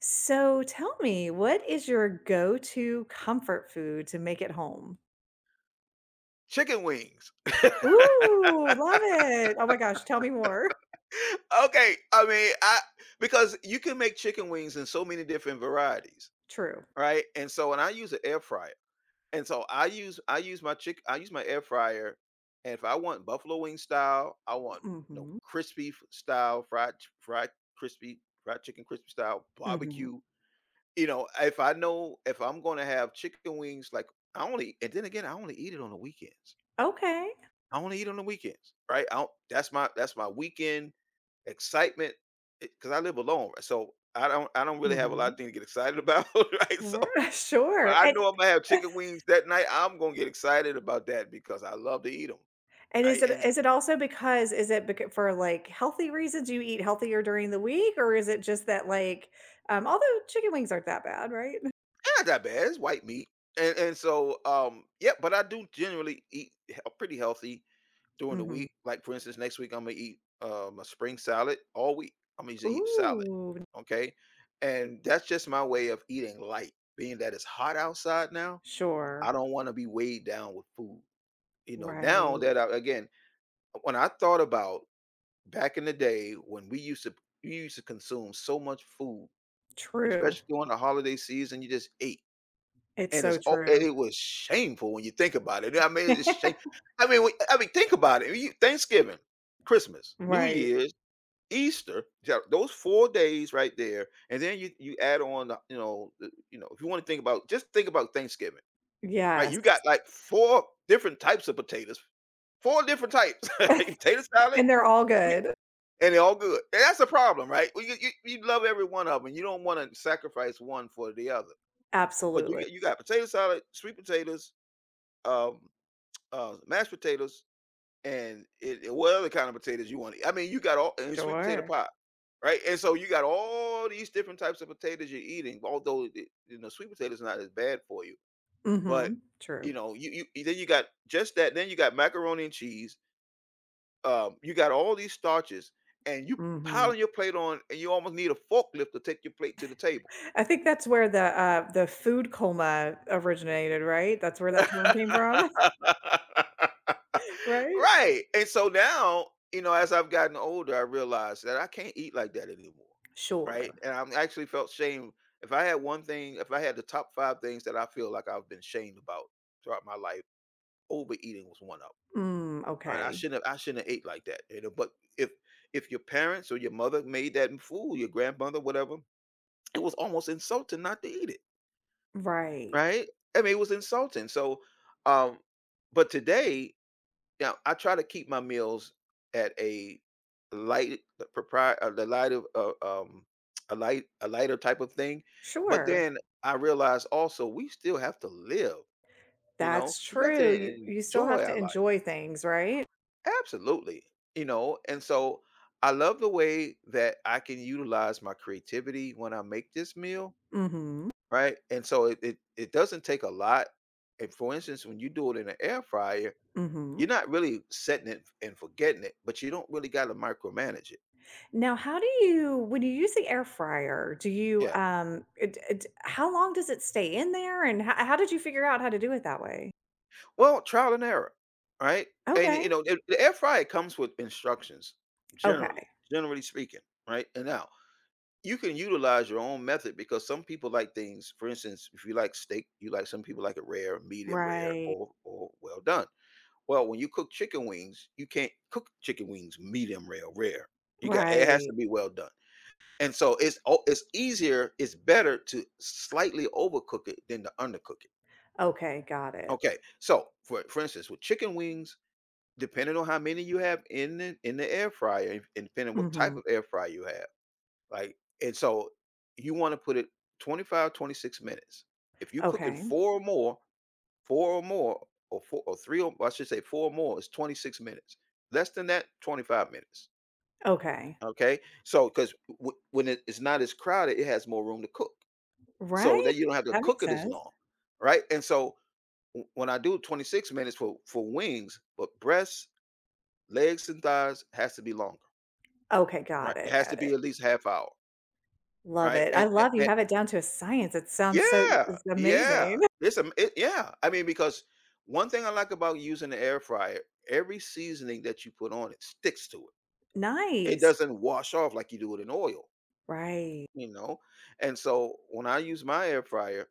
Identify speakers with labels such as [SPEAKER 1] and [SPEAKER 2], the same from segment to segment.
[SPEAKER 1] So tell me, what is your go-to comfort food to make at home?
[SPEAKER 2] Chicken wings.
[SPEAKER 1] Ooh, love it. Oh my gosh, tell me more.
[SPEAKER 2] Okay, I mean, I Because you can make chicken wings in so many different varieties,
[SPEAKER 1] True.
[SPEAKER 2] right? And I use an air fryer, and so I use my air fryer, and if I want buffalo wing style, I want
[SPEAKER 1] Mhm.
[SPEAKER 2] crispy f- style fried ch- fried crispy fried chicken crispy style
[SPEAKER 1] Mhm.
[SPEAKER 2] barbecue. If I know if I'm going to have chicken wings, I only eat it on the weekends.
[SPEAKER 1] Okay.
[SPEAKER 2] I only eat on the weekends, right? I don't, that's my weekend excitement, because I live alone, right? So I don't really have a lot
[SPEAKER 1] Mhm.
[SPEAKER 2] of things to get excited about, right? But
[SPEAKER 1] Sure,
[SPEAKER 2] I
[SPEAKER 1] and
[SPEAKER 2] know I'm gonna have chicken wings that night, I'm gonna get excited about that because I love to eat them.
[SPEAKER 1] and
[SPEAKER 2] Right?
[SPEAKER 1] is it
[SPEAKER 2] And
[SPEAKER 1] is it also because is it becau for, like, healthy reasons you eat healthier during the week, or is it just that, like, although chicken wings aren't that bad, right?
[SPEAKER 2] it's not that bad. It's white meat. And so yeah, but I do generally pretty healthy during the
[SPEAKER 1] Mhm.
[SPEAKER 2] week. Like for instance, next week I'm gonna eat a spring salad all week. I'm gonna just eat salad.
[SPEAKER 1] Ooh,
[SPEAKER 2] Okay. And that's just my way of eating light, being that it's hot outside now. I
[SPEAKER 1] sure.
[SPEAKER 2] don't want to be weighed down with food. You know, now
[SPEAKER 1] Right.
[SPEAKER 2] that I again, when I thought about back in the day when we used to consume so much food,
[SPEAKER 1] True.
[SPEAKER 2] especially during the holiday season, you just ate.
[SPEAKER 1] It's
[SPEAKER 2] And it's
[SPEAKER 1] so
[SPEAKER 2] all
[SPEAKER 1] true.
[SPEAKER 2] it was shameful when you think about it. I mean, it's shame. I mean, think about it. Thanksgiving, Christmas, New
[SPEAKER 1] Right.
[SPEAKER 2] Year's, Easter, those 4 days right there, and then you add on, if you want to think about, just think about Thanksgiving. Right, you
[SPEAKER 1] Yes.
[SPEAKER 2] got like 4 different types of potatoes, 4 different types. Potato salad,
[SPEAKER 1] And they're all
[SPEAKER 2] sweet,
[SPEAKER 1] good.
[SPEAKER 2] and they're all good. And that's a problem, right? Well, you love every one of them. You don't wanna sacrifice one for the other. But you
[SPEAKER 1] Absolutely.
[SPEAKER 2] you got potato salad, sweet potatoes, um, mashed potatoes, and it what other kind of potatoes you want? I mean, you got all and sweet potato
[SPEAKER 1] Sure.
[SPEAKER 2] pie, right? And so you got all these different types of potatoes you're eating, although sweet potatoes not as bad for you. But,
[SPEAKER 1] Mhm. True.
[SPEAKER 2] you know, you then you got just that, then you got macaroni and cheese, you got all these starches, and you
[SPEAKER 1] Mhm.
[SPEAKER 2] piling your plate on, and you almost need a forklift to take your plate to the table.
[SPEAKER 1] I think that's where the food coma originated, right? That's where that term came from, right?
[SPEAKER 2] Right, and so now, you know, as I've gotten older, I realized that I can't eat like that anymore, right?
[SPEAKER 1] Sure.
[SPEAKER 2] And I'm actually felt shame. If I had one thing, If I had the top 5 things that I feel like I've been shamed about throughout my life, overeating was one of 'em.
[SPEAKER 1] Mm,
[SPEAKER 2] All right,
[SPEAKER 1] okay.
[SPEAKER 2] I shouldn't have ate like that, you know, but if your parents or your mother made that food, your grandmother, whatever, it was almost insulting not to eat it,
[SPEAKER 1] Right.
[SPEAKER 2] right? I mean, it was insulting. Um, but today, now I try to keep my meals at a light, the propriety, the light of a light, a lighter type of thing. But
[SPEAKER 1] Sure.
[SPEAKER 2] then I realize also we still have to live, you know,
[SPEAKER 1] That's
[SPEAKER 2] we have
[SPEAKER 1] true.
[SPEAKER 2] to
[SPEAKER 1] You still have
[SPEAKER 2] enjoy
[SPEAKER 1] to
[SPEAKER 2] our life.
[SPEAKER 1] enjoy things, right?
[SPEAKER 2] Absolutely. You know, and so I love the way that I can utilize my creativity when I make this meal,
[SPEAKER 1] Mhm.
[SPEAKER 2] right? And so it doesn't take a lot. And for instance, when you do it in an air fryer,
[SPEAKER 1] Mhm.
[SPEAKER 2] you're not really setting it and forgetting it, but you don't really got to micromanage it.
[SPEAKER 1] Now, how do you when you use the air fryer, do you,
[SPEAKER 2] Yeah.
[SPEAKER 1] it it how long does it stay in there, and how did you figure out how to do it that way?
[SPEAKER 2] Well, trial and error, right? And you
[SPEAKER 1] Okay,
[SPEAKER 2] know, the air fryer comes with instructions generally,
[SPEAKER 1] okay.
[SPEAKER 2] generally speaking, right? And now you can utilize your own method because some people like things. For instance, if you like steak, you like some people like it rare, medium rare,
[SPEAKER 1] Right,
[SPEAKER 2] or well done. Well, when you cook chicken wings, you can't cook chicken wings medium rare, or rare. You got it has to
[SPEAKER 1] right.
[SPEAKER 2] be well done, and so it's easier, it's better to slightly overcook it than to undercook it.
[SPEAKER 1] Okay, got it.
[SPEAKER 2] Okay, so for instance, with chicken wings, depending on how many you have in the air fryer, and depending what type
[SPEAKER 1] Mhm.
[SPEAKER 2] of air fryer you have like, and so you want to put it 25 to 26 minutes. If you cooking
[SPEAKER 1] Okay,
[SPEAKER 2] four or more, or four or three, or I should say four or more is 26 minutes. Less than that, 25 minutes.
[SPEAKER 1] okay.
[SPEAKER 2] Okay. So, because when it's not as crowded, it has more room to cook. So
[SPEAKER 1] Right?
[SPEAKER 2] that you don't have to
[SPEAKER 1] That
[SPEAKER 2] cook
[SPEAKER 1] makes
[SPEAKER 2] it as
[SPEAKER 1] sense.
[SPEAKER 2] long. Right. And so when I do 26 minutes for wings, but breasts, legs, and thighs has to be longer.
[SPEAKER 1] Okay,
[SPEAKER 2] Right.
[SPEAKER 1] got
[SPEAKER 2] It
[SPEAKER 1] it,
[SPEAKER 2] has to
[SPEAKER 1] got
[SPEAKER 2] be
[SPEAKER 1] it.
[SPEAKER 2] at least half hour.
[SPEAKER 1] Love
[SPEAKER 2] Right.
[SPEAKER 1] it. I love you
[SPEAKER 2] And
[SPEAKER 1] have it down to a science. It sounds so
[SPEAKER 2] Yeah,
[SPEAKER 1] It's
[SPEAKER 2] yeah.
[SPEAKER 1] amazing.
[SPEAKER 2] It's a it, Yeah. I mean, because one thing I like about using the air fryer, every seasoning that you put on it sticks to it. It
[SPEAKER 1] Nice.
[SPEAKER 2] doesn't wash off like you do it in oil,
[SPEAKER 1] Right.
[SPEAKER 2] you know. And so when I use my air fryer,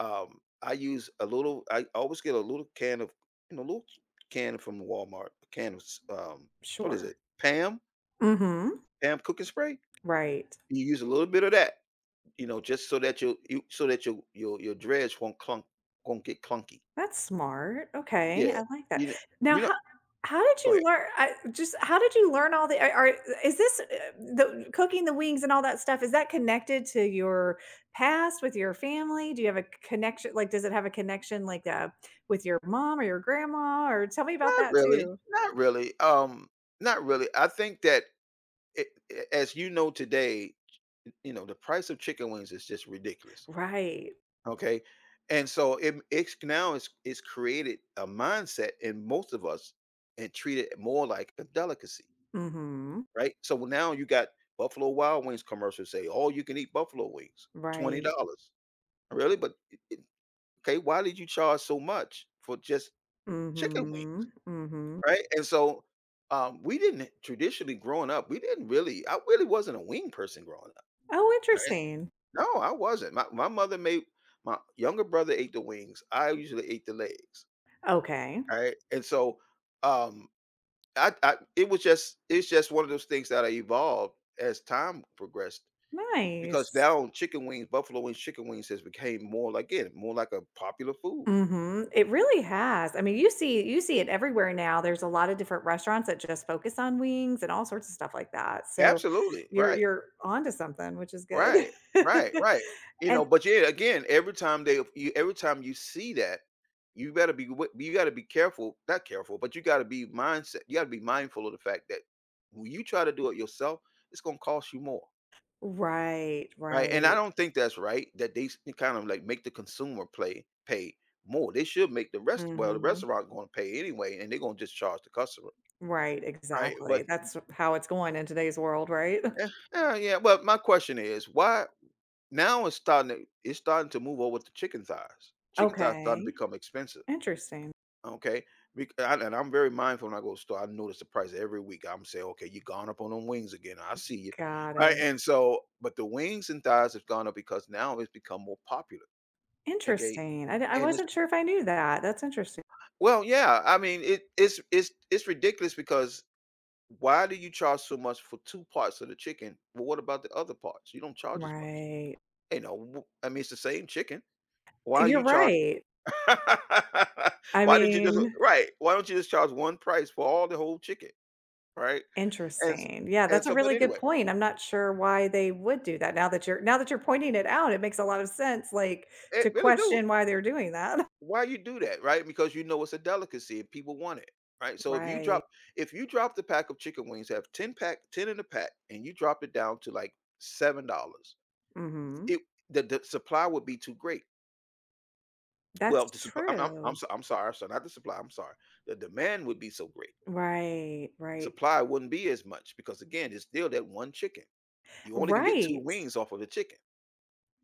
[SPEAKER 2] I use a little. I always get a little can of you know, little can from Walmart, a can of s- what is it?
[SPEAKER 1] Sure.
[SPEAKER 2] Pam,
[SPEAKER 1] Mhm.
[SPEAKER 2] Pam cooking spray.
[SPEAKER 1] Right.
[SPEAKER 2] You use a little bit of that, you know, just so that you so that your dredge won't get clunky.
[SPEAKER 1] That's smart. Okay,
[SPEAKER 2] Yeah.
[SPEAKER 1] I like that.
[SPEAKER 2] You
[SPEAKER 1] Now
[SPEAKER 2] you know
[SPEAKER 1] how how did
[SPEAKER 2] Go
[SPEAKER 1] you
[SPEAKER 2] ahead.
[SPEAKER 1] learn I just how did you learn all the are is this, the cooking the wings and all that stuff, is that connected to your past with your family? Do you have a connection like, does it have a connection, like, with your mom or your grandma? Or tell me about
[SPEAKER 2] Not
[SPEAKER 1] that
[SPEAKER 2] really,
[SPEAKER 1] too.
[SPEAKER 2] not really, not really. I think that it a as you know today, you know, the price of chicken wings is just ridiculous,
[SPEAKER 1] Right.
[SPEAKER 2] okay? And so it it's now it's created a mindset in most of us and treat it more like a delicacy,
[SPEAKER 1] Mhm.
[SPEAKER 2] right? So well, now you got Buffalo Wild Wings commercials say, "All you can eat buffalo wings,
[SPEAKER 1] Right.
[SPEAKER 2] $20." Really? But it Okay, why did you charge so much for just chicken wings?
[SPEAKER 1] Mhm. Mhm.
[SPEAKER 2] Right? And so, we didn't traditionally growing up, we didn't really I really wasn't a wing person growing up,
[SPEAKER 1] Oh,
[SPEAKER 2] right?
[SPEAKER 1] interesting.
[SPEAKER 2] No, I wasn't. My mother made my younger brother ate the wings. I usually ate the legs,
[SPEAKER 1] Okay.
[SPEAKER 2] right? And so, um, I it was just it's just one of those things that I evolved as time progressed because
[SPEAKER 1] Nice.
[SPEAKER 2] now chicken wings, buffalo wings, chicken wings has became more like again, more like a popular food.
[SPEAKER 1] Mhm. It really has. I mean, you see it everywhere now. There's a lot of different restaurants that just focus on wings and all sorts of stuff like that. So
[SPEAKER 2] Absolutely,
[SPEAKER 1] you're
[SPEAKER 2] right.
[SPEAKER 1] you're onto something, which is good.
[SPEAKER 2] Right, right. You know,
[SPEAKER 1] And
[SPEAKER 2] but yeah, again, every time you see that, you you gotta be careful, not careful, but you gotta be mindful of the fact that when you try to do it yourself, it's gonna cost you more,
[SPEAKER 1] right,
[SPEAKER 2] right? And I
[SPEAKER 1] right.
[SPEAKER 2] don't think that's right that kind of like make the consumer play pay more. They should make the rest well, the
[SPEAKER 1] Mhm.
[SPEAKER 2] restaurant gonna pay anyway, and they're gonna just charge the customer,
[SPEAKER 1] Right,
[SPEAKER 2] right?
[SPEAKER 1] exactly.
[SPEAKER 2] But
[SPEAKER 1] That's how it's going in today's world, right?
[SPEAKER 2] eh, yeah, yeah. But my question is, why now it's starting to move over to chicken thighs. Chicken thighs starting to
[SPEAKER 1] Okay.
[SPEAKER 2] become expensive,
[SPEAKER 1] Interesting.
[SPEAKER 2] okay? And I'm very mindful when I go to the store. I notice the price every week. I'm saying, okay, you gone up on them wings again. I see you.
[SPEAKER 1] Got
[SPEAKER 2] All right,
[SPEAKER 1] it.
[SPEAKER 2] and so, but the wings and thighs have gone up because now it's become more popular. Okay,
[SPEAKER 1] Interesting. I
[SPEAKER 2] and it's
[SPEAKER 1] wasn't sure if I knew that. That's interesting.
[SPEAKER 2] well, yeah. I mean, it, it's ridiculous because why do you charge so much for two parts of the chicken? Well, what about the other parts? You don't charge as much.
[SPEAKER 1] Right.
[SPEAKER 2] You know, I mean, it's the same chicken. Why are
[SPEAKER 1] You're
[SPEAKER 2] you charging?
[SPEAKER 1] right. I mean
[SPEAKER 2] Why don't you just charge one price for all the whole chicken, right? And s
[SPEAKER 1] Interesting. Yeah,
[SPEAKER 2] and
[SPEAKER 1] that's a
[SPEAKER 2] so but
[SPEAKER 1] really good
[SPEAKER 2] anyway,
[SPEAKER 1] point. I'm not sure why they would do that now that you're pointing it out, it makes a lot of sense, like,
[SPEAKER 2] it
[SPEAKER 1] to
[SPEAKER 2] really do.
[SPEAKER 1] question why they're doing that.
[SPEAKER 2] Why you do that, right? Because you know it's a delicacy and people want it, right? So
[SPEAKER 1] Right.
[SPEAKER 2] if you drop the pack of chicken wings, have 10 in a pack and you drop it down to like $7,
[SPEAKER 1] Mhm.
[SPEAKER 2] it the supply would be too great. Well, the
[SPEAKER 1] That's
[SPEAKER 2] supp
[SPEAKER 1] true.
[SPEAKER 2] I'm sorry, so not the supply, I'm sorry. The demand would be so great.
[SPEAKER 1] Right, right,
[SPEAKER 2] Supply wouldn't be as much because again, it's still that one chicken. You only can get 2
[SPEAKER 1] right.
[SPEAKER 2] wings off of the chicken,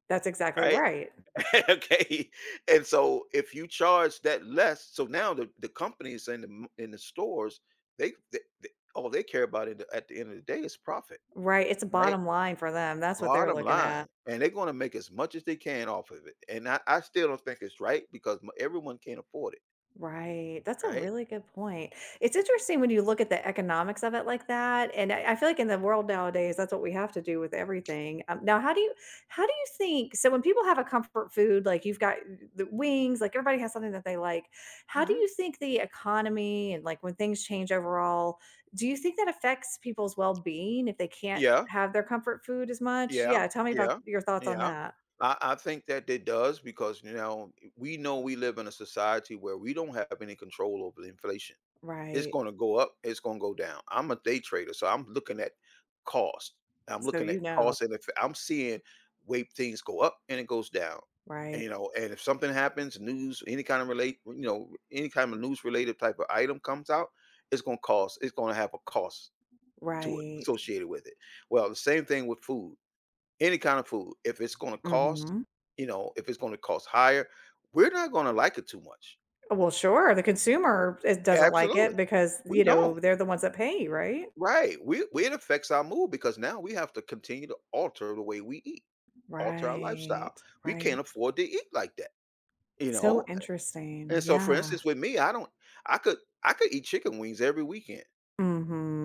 [SPEAKER 1] That's exactly
[SPEAKER 2] right?
[SPEAKER 1] right.
[SPEAKER 2] Okay, and so if you charge that less, so now the companies and the m and the stores, they all they care about it at the end of the day is profit,
[SPEAKER 1] Right, it's a
[SPEAKER 2] right?
[SPEAKER 1] bottom line for them, that's what they're
[SPEAKER 2] Bottom
[SPEAKER 1] looking at.
[SPEAKER 2] line, and they're gonna make as much as they can off of it, and I still don't think it's right because m everyone can't afford it,
[SPEAKER 1] Right. That's a
[SPEAKER 2] right?
[SPEAKER 1] really good point. It's interesting when you look at the economics of it like that. I feel like in the world nowadays, that's what we have to do with everything. Now, how do you think? So when people have a comfort food, like you've got the wings, like everybody has something that they like. How do
[SPEAKER 2] Mhm.
[SPEAKER 1] you think the economy and like when things change overall, do you think that affects people's well being if they can't
[SPEAKER 2] Yeah.
[SPEAKER 1] have their comfort food as much?
[SPEAKER 2] Yeah,
[SPEAKER 1] Yeah. Tell me about
[SPEAKER 2] yeah,
[SPEAKER 1] your thoughts on
[SPEAKER 2] yeah.
[SPEAKER 1] that.
[SPEAKER 2] I think that it does because, you know, we know we live in a society where we don't have any control over the inflation. It's
[SPEAKER 1] Right.
[SPEAKER 2] going to go up. It's going to go down. I'm a day trader, so I'm looking at cost. I'm
[SPEAKER 1] So
[SPEAKER 2] looking at
[SPEAKER 1] you know.
[SPEAKER 2] cost, and if I'm seeing way things go up and it goes down, and,
[SPEAKER 1] Right.
[SPEAKER 2] you know, and if something happens, news, any kind of relate, you know, any kind of news related type of item comes out, it's going to cost. It's going to have a cost to it
[SPEAKER 1] Right.
[SPEAKER 2] associated with it. Well, the same thing with food, any kind of food. If it's gonna cost,
[SPEAKER 1] hmm
[SPEAKER 2] you know, if it's gonna cost higher, we're not gonna like it too much.
[SPEAKER 1] Well, sure, the consumer it doesn't like
[SPEAKER 2] Absolutely.
[SPEAKER 1] it because,
[SPEAKER 2] We
[SPEAKER 1] you
[SPEAKER 2] don't.
[SPEAKER 1] know, they're the ones that pay, right?
[SPEAKER 2] Right. We it affects our mood because now we have to continue to alter the way we eat, alter our lifestyle.
[SPEAKER 1] Right,
[SPEAKER 2] We
[SPEAKER 1] right.
[SPEAKER 2] can't afford to eat like that, you
[SPEAKER 1] So
[SPEAKER 2] know?
[SPEAKER 1] interesting,
[SPEAKER 2] And so for
[SPEAKER 1] yeah.
[SPEAKER 2] instance, with me, I don't I could I could eat chicken wings every weekend,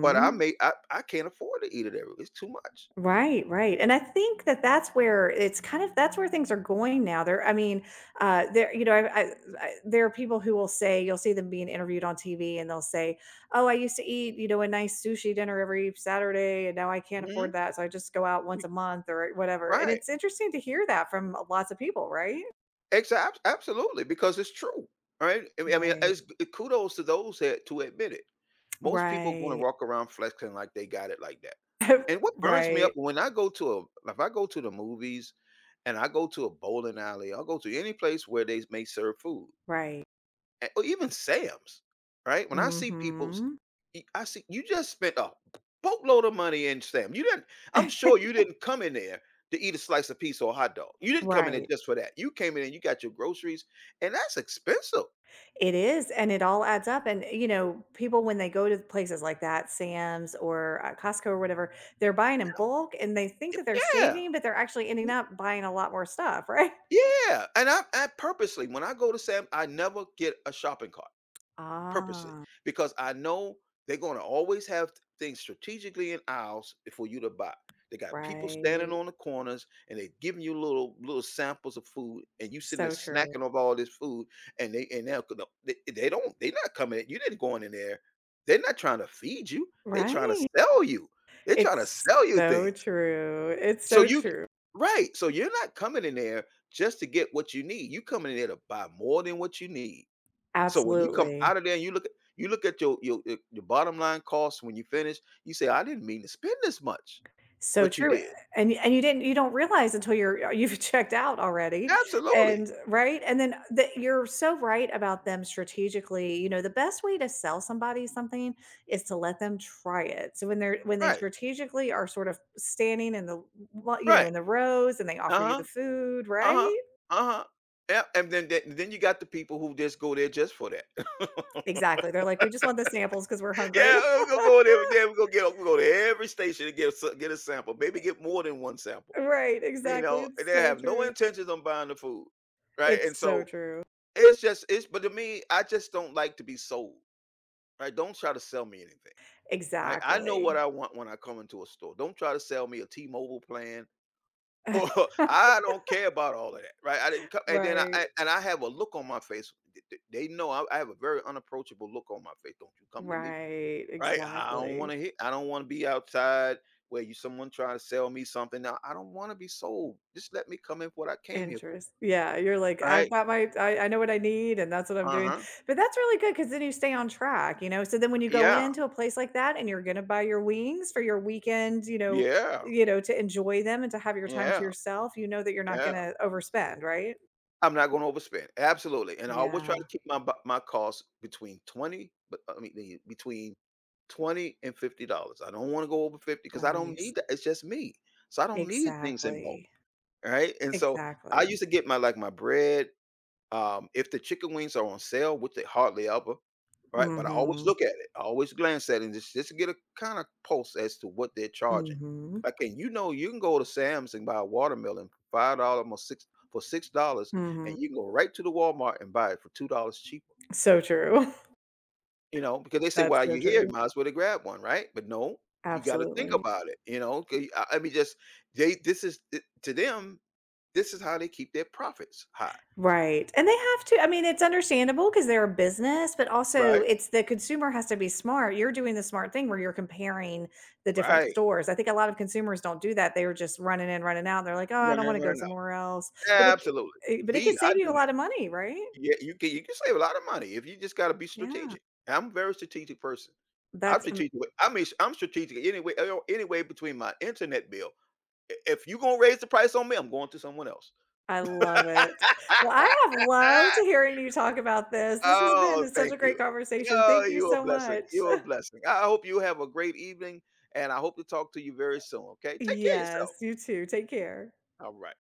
[SPEAKER 2] but I can't afford to eat it every it's too much.
[SPEAKER 1] Right, right, and I think that that's where it's kind of that's where things are going now, there I mean, there you know, I there are people who will say you'll see them being interviewed on TV, and they'll say, "Oh, I used to eat, you know, a nice sushi dinner every Saturday, and now I can't afford
[SPEAKER 2] Mhm.
[SPEAKER 1] that, so I just go out once a month," or whatever, and
[SPEAKER 2] Right.
[SPEAKER 1] it's interesting to hear that from lots of people, right?
[SPEAKER 2] Exactly. Absolutely, because it's true, right? I mean,
[SPEAKER 1] Right,
[SPEAKER 2] it's kudos to those that to admit it. Most people going to
[SPEAKER 1] right.
[SPEAKER 2] walk around flexing like they got it like that. And what burns me up
[SPEAKER 1] Right,
[SPEAKER 2] when I go to a if I go to the movies and I go to a bowling alley, I'll go to any place where they may serve food,
[SPEAKER 1] right.
[SPEAKER 2] or even Sam's, right? When I see people's,
[SPEAKER 1] Mhm.
[SPEAKER 2] I see you just spent a boatload of money in Sam. You didn't. I'm sure you didn't come in there to eat a slice of pizza or hot dog. You didn't come in there
[SPEAKER 1] Right.
[SPEAKER 2] just for that. You came in and you got your groceries, and that's expensive.
[SPEAKER 1] It is, and it all adds up, and, you know, people when they go to places like that, Sam's or, Costco or whatever, they're buying in bulk, and they think that they're
[SPEAKER 2] Yeah,
[SPEAKER 1] saving, but they're actually ending
[SPEAKER 2] w-
[SPEAKER 1] up buying a lot more stuff, right?
[SPEAKER 2] yeah. And I purposely, when I go to Sam, I never get a shopping cart. Purposely,
[SPEAKER 1] Ah,
[SPEAKER 2] because I know they're going to always have things strategically in aisles for you to buy. They got people standing
[SPEAKER 1] right.
[SPEAKER 2] on the corners and they giving you little samples of food, and you sitting there
[SPEAKER 1] So true.
[SPEAKER 2] snacking off all this food, and they and they'll- they don't, they're not coming. At You didn't going in there. They're not trying to feed you. They're trying to
[SPEAKER 1] Right.
[SPEAKER 2] sell you. They're trying to
[SPEAKER 1] It's
[SPEAKER 2] sell you
[SPEAKER 1] so
[SPEAKER 2] things.
[SPEAKER 1] true. It's
[SPEAKER 2] So
[SPEAKER 1] so
[SPEAKER 2] you
[SPEAKER 1] true.
[SPEAKER 2] right. So you're not coming in there just to get what you need. You coming in there to buy more than what you need, so when you come
[SPEAKER 1] Absolutely.
[SPEAKER 2] out of there and you look at, you look at your bottom line costs when you finish, you say, "I didn't mean to spend this much,"
[SPEAKER 1] So
[SPEAKER 2] but you
[SPEAKER 1] true,
[SPEAKER 2] did.
[SPEAKER 1] and you don't realize until you're you've checked out already,
[SPEAKER 2] Absolutely.
[SPEAKER 1] and right? And then that you're so right about them strategically, you know, the best way to sell somebody something is to let them try it. So when they're when they
[SPEAKER 2] Right.
[SPEAKER 1] strategically are sort of standing in the lo you know,
[SPEAKER 2] Right.
[SPEAKER 1] in the rows and they offer you the
[SPEAKER 2] Uh-huh.
[SPEAKER 1] food,
[SPEAKER 2] Uh-huh.
[SPEAKER 1] right?
[SPEAKER 2] Uh-huh. Yep. And then you got the people who just go there just for that.
[SPEAKER 1] Exactly, they're like, "We just want the samples because 'cause we're hungry."
[SPEAKER 2] Yeah, we're gonna go there. We're gonna get we go to every station and get a, get a sample. Maybe get more than one sample.
[SPEAKER 1] Right,
[SPEAKER 2] You
[SPEAKER 1] exactly,
[SPEAKER 2] know, and
[SPEAKER 1] it's
[SPEAKER 2] they
[SPEAKER 1] so
[SPEAKER 2] have no
[SPEAKER 1] true.
[SPEAKER 2] intentions on buying the food, right?
[SPEAKER 1] It's
[SPEAKER 2] And
[SPEAKER 1] so
[SPEAKER 2] so
[SPEAKER 1] true.
[SPEAKER 2] it's just it's. But to me, I just don't like to be sold. Right? Don't try to sell me anything. Right? I know what
[SPEAKER 1] Exactly.
[SPEAKER 2] I want when I come into a store. Don't try to sell me a T-Mobile plan, or I don't care about all of that, right? I didn't come, and then
[SPEAKER 1] Right.
[SPEAKER 2] I- and I have a look on my face. They know I have a very unapproachable look on my face. Don't you come to me,
[SPEAKER 1] Right,
[SPEAKER 2] right? I don't want
[SPEAKER 1] exactly.
[SPEAKER 2] to hit. I don't want to be outside where you someone trying to sell me something. Now I don't want to be sold. Just let me come in for what I came here for,
[SPEAKER 1] Interest yeah, you're like, "I've
[SPEAKER 2] right?
[SPEAKER 1] got my I know what I need, and that's what I'm
[SPEAKER 2] Uh
[SPEAKER 1] doing."
[SPEAKER 2] huh.
[SPEAKER 1] But that's really good because then you stay on track, you know? So then when you go
[SPEAKER 2] Yeah.
[SPEAKER 1] into a place like that and you're gonna buy your wings for your weekend,
[SPEAKER 2] Yeah.
[SPEAKER 1] you know, to enjoy them and to have your time to
[SPEAKER 2] Yeah.
[SPEAKER 1] yourself, you know that you're not
[SPEAKER 2] Yeah.
[SPEAKER 1] gonna overspend, right?
[SPEAKER 2] I'm not gonna overspend, absolutely, and I always try to
[SPEAKER 1] Yeah,
[SPEAKER 2] keep my costs between 20, but, I mean, the between 20 and $50. I don't wanna go over 50 because I don't need
[SPEAKER 1] nice.
[SPEAKER 2] that, it's just me, so I don't need things in bulk,
[SPEAKER 1] Exactly,
[SPEAKER 2] right? And so, I
[SPEAKER 1] exactly.
[SPEAKER 2] used to get my, like, my bread, if the chicken wings are on sale, which they hardly ever, right? But I always
[SPEAKER 1] Mhm,
[SPEAKER 2] look at it. I always glance at it just to get a kind of pulse as to what they're charging.
[SPEAKER 1] mhm,
[SPEAKER 2] Like, and you know, you can go to Sam's and buy a watermelon for $5, or six for $6, and
[SPEAKER 1] mhm.
[SPEAKER 2] you can go right to the Walmart and buy it for $2 cheaper.
[SPEAKER 1] So true.
[SPEAKER 2] You know, because they say
[SPEAKER 1] That's
[SPEAKER 2] while
[SPEAKER 1] so
[SPEAKER 2] you're here,
[SPEAKER 1] true.
[SPEAKER 2] you might as well to grab one, right? But no, you got to think
[SPEAKER 1] Absolutely.
[SPEAKER 2] about it. You know, 'cause I mean, just they. This is to them. This is how they keep their profits high,
[SPEAKER 1] Right, and they have to I mean, it's understandable because 'cause they're a business, but also
[SPEAKER 2] right?
[SPEAKER 1] it's the consumer has to be smart. You're doing the smart thing where you're comparing the different
[SPEAKER 2] Right.
[SPEAKER 1] stores. I think a lot of consumers don't do that. They're just running in, running out. They're like, "Oh, I
[SPEAKER 2] Right.
[SPEAKER 1] don't wanna go
[SPEAKER 2] Right.
[SPEAKER 1] somewhere else." But
[SPEAKER 2] Yeah,
[SPEAKER 1] it c
[SPEAKER 2] absolutely.
[SPEAKER 1] but it could
[SPEAKER 2] Me, I
[SPEAKER 1] save you
[SPEAKER 2] do
[SPEAKER 1] a
[SPEAKER 2] that.
[SPEAKER 1] lot of money, right?
[SPEAKER 2] Yeah, you can save a lot of money if you just gotta be
[SPEAKER 1] Yeah.
[SPEAKER 2] strategic. And I'm a very strategic person. I'm
[SPEAKER 1] That's am
[SPEAKER 2] strategic. With- I mean, I'm strategic anyway. Anyway, between my internet bill, if you gonna raise the price on me, I'm going to someone else.
[SPEAKER 1] I love it. Well, I have loved hearing you talk about this. This has
[SPEAKER 2] Oh,
[SPEAKER 1] been such
[SPEAKER 2] thank
[SPEAKER 1] a great
[SPEAKER 2] you.
[SPEAKER 1] conversation.
[SPEAKER 2] Oh,
[SPEAKER 1] Thank you
[SPEAKER 2] you're a
[SPEAKER 1] so
[SPEAKER 2] blessing.
[SPEAKER 1] much.
[SPEAKER 2] You're a blessing. I hope you have a great evening, and I hope to talk to you very soon. Okay, take care of yourself.
[SPEAKER 1] Yes, you too. Take care.
[SPEAKER 2] All right.